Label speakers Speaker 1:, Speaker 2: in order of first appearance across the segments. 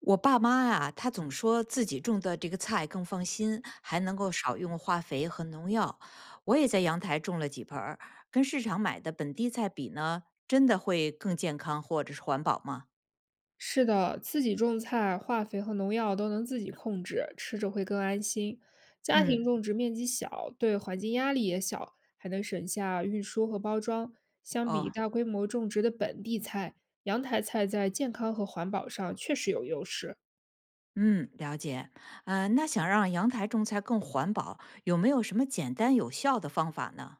Speaker 1: 我爸妈呀，他总说自己种的这个菜更放心，还能够少用化肥和农药。我也在阳台种了几盆儿，跟市场买的本地菜比呢，真的会更健康或者是环保吗？
Speaker 2: 是的，自己种菜，化肥和农药都能自己控制，吃着会更安心。家庭
Speaker 1: 嗯，
Speaker 2: 种植面积小，对环境压力也小，还能省下运输和包装。相比
Speaker 1: 哦，
Speaker 2: 大规模种植的本地菜，阳台菜在健康和环保上确实有优势。
Speaker 1: 嗯，了解。那想让阳台种菜更环保，有没有什么简单有效的方法呢？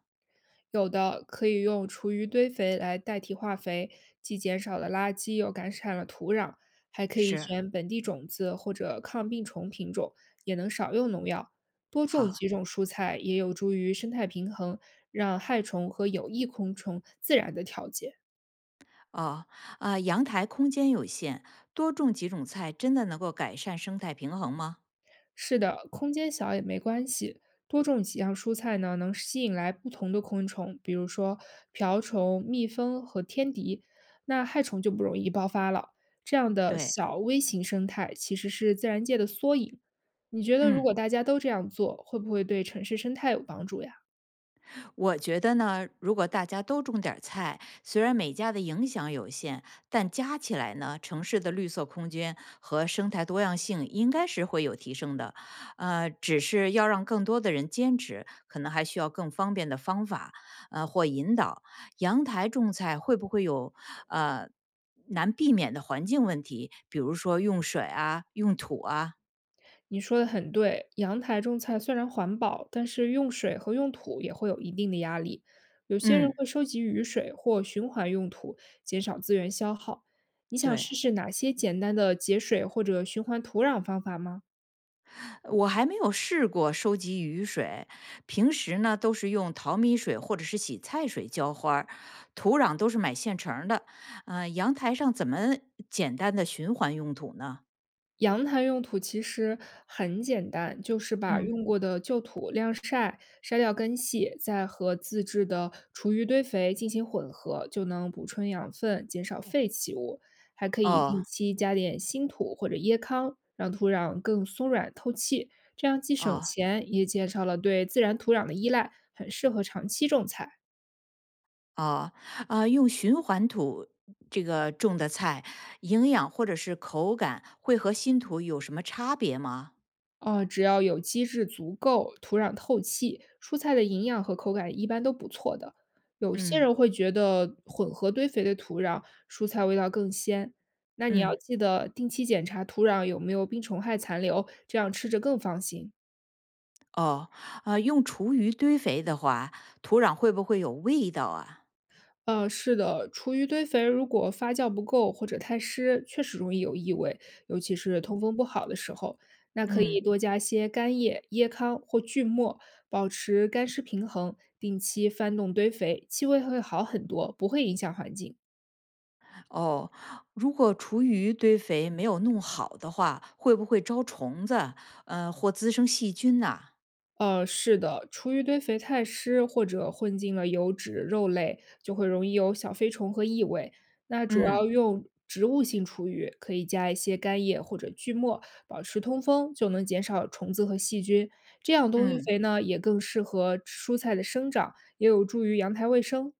Speaker 2: 有的可以用厨余堆肥来代替化肥，既减少了垃圾，又改善了土壤。还可以
Speaker 1: 是，
Speaker 2: 选本地种子或者抗病虫品种，也能少用农药。多种
Speaker 1: 好。
Speaker 2: 几种蔬菜也有助于生态平衡，让害虫和有益昆虫自然的调节。
Speaker 1: 哦，啊、阳台空间有限，多种几种菜真的能够改善生态平衡吗？
Speaker 2: 是的，空间小也没关系。多种几样蔬菜呢，能吸引来不同的昆虫，比如说瓢虫、蜜蜂和天敌，那害虫就不容易爆发了。这样的
Speaker 1: 对，
Speaker 2: 小微型生态其实是自然界的缩影。你觉得如
Speaker 1: 嗯，
Speaker 2: 果大家都这样做，会不会对城市生态有帮助呀？
Speaker 1: 我觉得呢，如果大家都种点儿菜，虽然每家的影响有限，但加起来呢，城市的绿色空间和生态多样性应该是会有提升的。只是要让更多的人坚持，可能还需要更方便的方法，或引导。阳台种菜会不会有呃难避免的环境问题？比如说用水啊，用土啊？
Speaker 2: 你说的很对，阳台种菜虽然环保，但是用水和用土也会有一定的压力。有些人
Speaker 1: 嗯，
Speaker 2: 会收集雨水或循环用土，减少资源消耗。你想
Speaker 1: 对。
Speaker 2: 试试哪些简单的节水或者循环土壤方法吗？
Speaker 1: 我还没有试过收集雨水，平时呢都是用淘米水或者是洗菜水浇花儿，土壤都是买现成儿的。阳台上怎么简单的循环用土呢？
Speaker 2: 阳台用土其实很简单，就是把
Speaker 1: 嗯，
Speaker 2: 用过的旧土晾晒，筛掉根系，再和自制的厨余堆肥进行混合，就能补充养分，减少废弃物。还可以定
Speaker 1: 哦
Speaker 2: 期加点新土或者椰糠，让土壤更松软透气，这样既省
Speaker 1: 哦
Speaker 2: 钱，也减少了对自然土壤的依赖，很适合长期种菜。
Speaker 1: 哦，啊、用循环土这个种的菜，营养或者是口感会和新土有什么差别吗？
Speaker 2: 哦，只要有机质足够，土壤透气，蔬菜的营养和口感一般都不错的。有些
Speaker 1: 嗯
Speaker 2: 人会觉得混合堆肥的土壤蔬菜味道更鲜，那你要
Speaker 1: 嗯，
Speaker 2: 记得定期检查土壤有没有病虫害残留，这样吃着更放心。
Speaker 1: 哦，啊，用厨余堆肥的话，土壤会不会有味道啊？
Speaker 2: 是的，厨余堆肥如果发酵不够或者太湿，确实容易有异味，尤其是通风不好的时候。那可
Speaker 1: 嗯。
Speaker 2: 以多加些干叶、椰糠或锯末，保持干湿平衡，定期翻动堆肥，气味会好很多，不会影响环境。
Speaker 1: 哦，如果厨余堆肥没有弄好的话，会不会招虫子，或滋生细菌呐？
Speaker 2: 是的，厨余堆肥太湿或者混进了油脂、肉类，就会容易有小飞虫和异味。那主要
Speaker 1: 嗯
Speaker 2: 用植物性厨余，可以加一些干叶或者锯末，保持通风，就能减少虫子和细菌。这样冬育
Speaker 1: 嗯，
Speaker 2: 肥呢，也更适合蔬菜的生长，也有助于阳台卫生。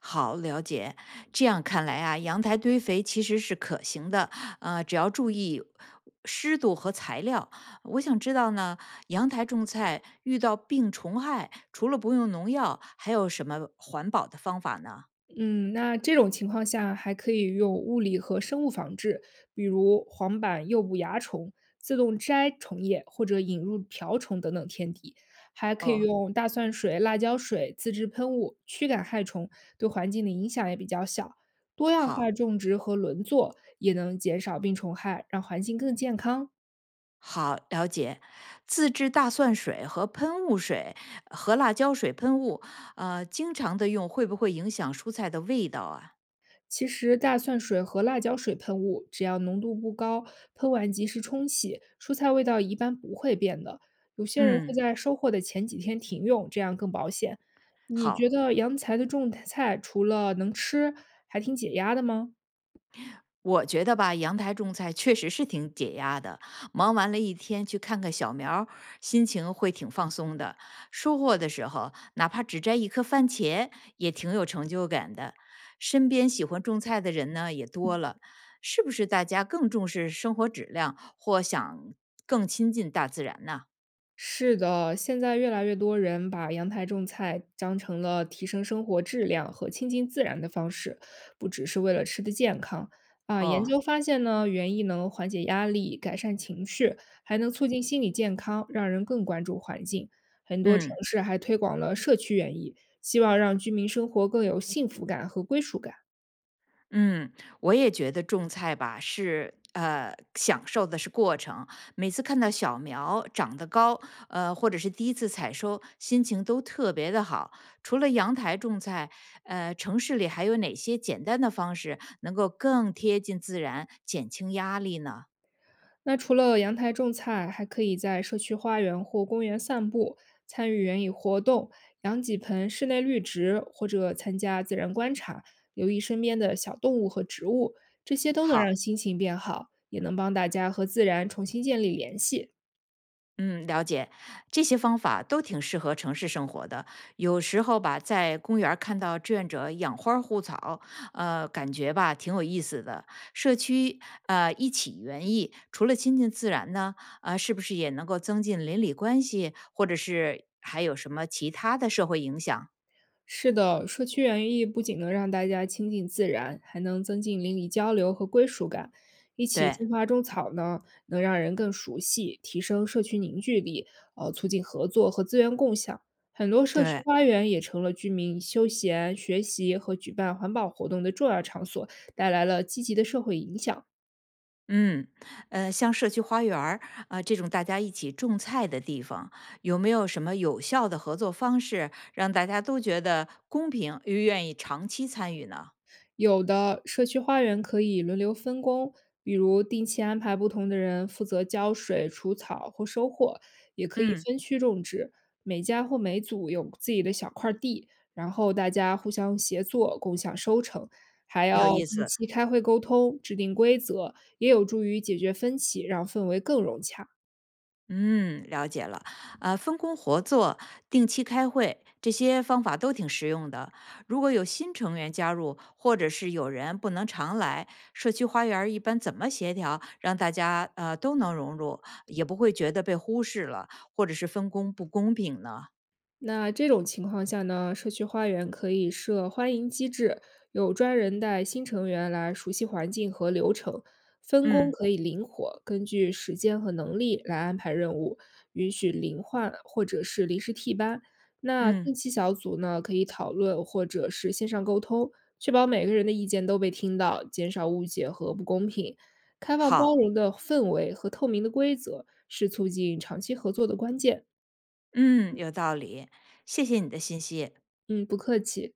Speaker 1: 好，了解。这样看来啊，阳台堆肥其实是可行的，只要注意湿度和材料。我想知道呢，阳台种菜遇到病虫害，除了不用农药，还有什么环保的方法呢？
Speaker 2: 嗯，那这种情况下还可以用物理和生物防治，比如黄板诱捕蚜虫、自动摘虫液或者引入瓢虫等等天敌，还可以
Speaker 1: 哦，
Speaker 2: 用大蒜水、辣椒水、自制喷雾驱赶害虫，对环境的影响也比较小。多样化
Speaker 1: 好。
Speaker 2: 种植和轮作也能减少病虫害，让环境更健康。
Speaker 1: 好，了解。自制大蒜水和喷雾水和辣椒水喷雾，经常的用会不会影响蔬菜的味道啊？
Speaker 2: 其实大蒜水和辣椒水喷雾，只要浓度不高，喷完及时冲洗，蔬菜味道一般不会变的。有些人会
Speaker 1: 嗯，
Speaker 2: 在收获的前几天停用，这样更保险。你觉
Speaker 1: 好。
Speaker 2: 得阳菜的种菜除了能吃，还挺解压的吗？
Speaker 1: 我觉得吧，阳台种菜确实是挺解压的。忙完了一天，去看看小苗儿心情会挺放松的。收获的时候，哪怕只摘一颗番茄，也挺有成就感的。身边喜欢种菜的人呢，也多了。是不是大家更重视生活质量，或想更亲近大自然呢？
Speaker 2: 是的，现在越来越多人把阳台种菜当成了提升生活质量和亲近自然的方式，不只是为了吃的健康。啊，研
Speaker 1: 哦，
Speaker 2: 究发现呢，园艺能缓解压力、改善情绪，还能促进心理健康，让人更关注环境。很多城
Speaker 1: 嗯。
Speaker 2: 市还推广了社区园艺，希望让居民生活更有幸福感和归属感。
Speaker 1: 嗯，我也觉得种菜吧是享受的是过程。每次看到小苗长得高，或者是第一次采收，心情都特别的好。除了阳台种菜，城市里还有哪些简单的方式能够更贴近自然，减轻压力呢？
Speaker 2: 那除了阳台种菜，还可以在社区花园或公园散步，参与园艺活动，养几盆室内绿植，或者参加自然观察，留意身边的小动物和植物，这些都能让
Speaker 1: 好。
Speaker 2: 心情变好，也能帮大家和自然重新建立联系。
Speaker 1: 嗯，了解，这些方法都挺适合城市生活的。有时候吧，在公园儿看到志愿者养花儿护草，感觉吧挺有意思的。社区一起园艺，除了亲近自然呢，啊、是不是也能够增进邻里关系，或者是还有什么其他的社会影响？
Speaker 2: 是的，社区园艺不仅能让大家亲近自然，还能增进邻里交流和归属感。一起
Speaker 1: 对，
Speaker 2: 种花种草呢，能让人更熟悉，提升社区凝聚力，促进合作和资源共享。很多社区
Speaker 1: 对，
Speaker 2: 花园也成了居民休闲、学习和举办环保活动的重要场所，带来了积极的社会影响。
Speaker 1: 嗯，像社区花园儿啊，这种大家一起种菜的地方，有没有什么有效的合作方式，让大家都觉得公平又愿意长期参与呢？
Speaker 2: 有的社区花园可以轮流分工，比如定期安排不同的人负责浇水、除草或收获，也可以
Speaker 1: 嗯，
Speaker 2: 分区种植，每家或每组有自己的小块地，然后大家互相协作，共享收成。还
Speaker 1: 有
Speaker 2: 要
Speaker 1: 意
Speaker 2: 定
Speaker 1: 思。
Speaker 2: 期开会沟通，制定规则，也有助于解决分歧，让氛围更融洽。
Speaker 1: 嗯，了解了。分工合作、定期开会，这些方法都挺实用的。如果有新成员加入，或者是有人不能常来，社区花园儿一般怎么协调，让大家都能融入，也不会觉得被忽视了，或者是分工不公平呢？
Speaker 2: 那这种情况下呢，社区花园可以设欢迎机制，有专人带新成员来熟悉环境和流程，分工
Speaker 1: 嗯
Speaker 2: 可以灵活，根据时间和能力来安排任务，允许零换或者是临时替班。那
Speaker 1: 嗯，
Speaker 2: 定期小组呢，可以讨论或者是线上沟通，确保每个人的意见都被听到，减少误解和不公平。开放包
Speaker 1: 好，
Speaker 2: 容的氛围和透明的规则是促进长期合作的关键。
Speaker 1: 嗯，有道理。谢谢你的信息。
Speaker 2: 嗯，不客气。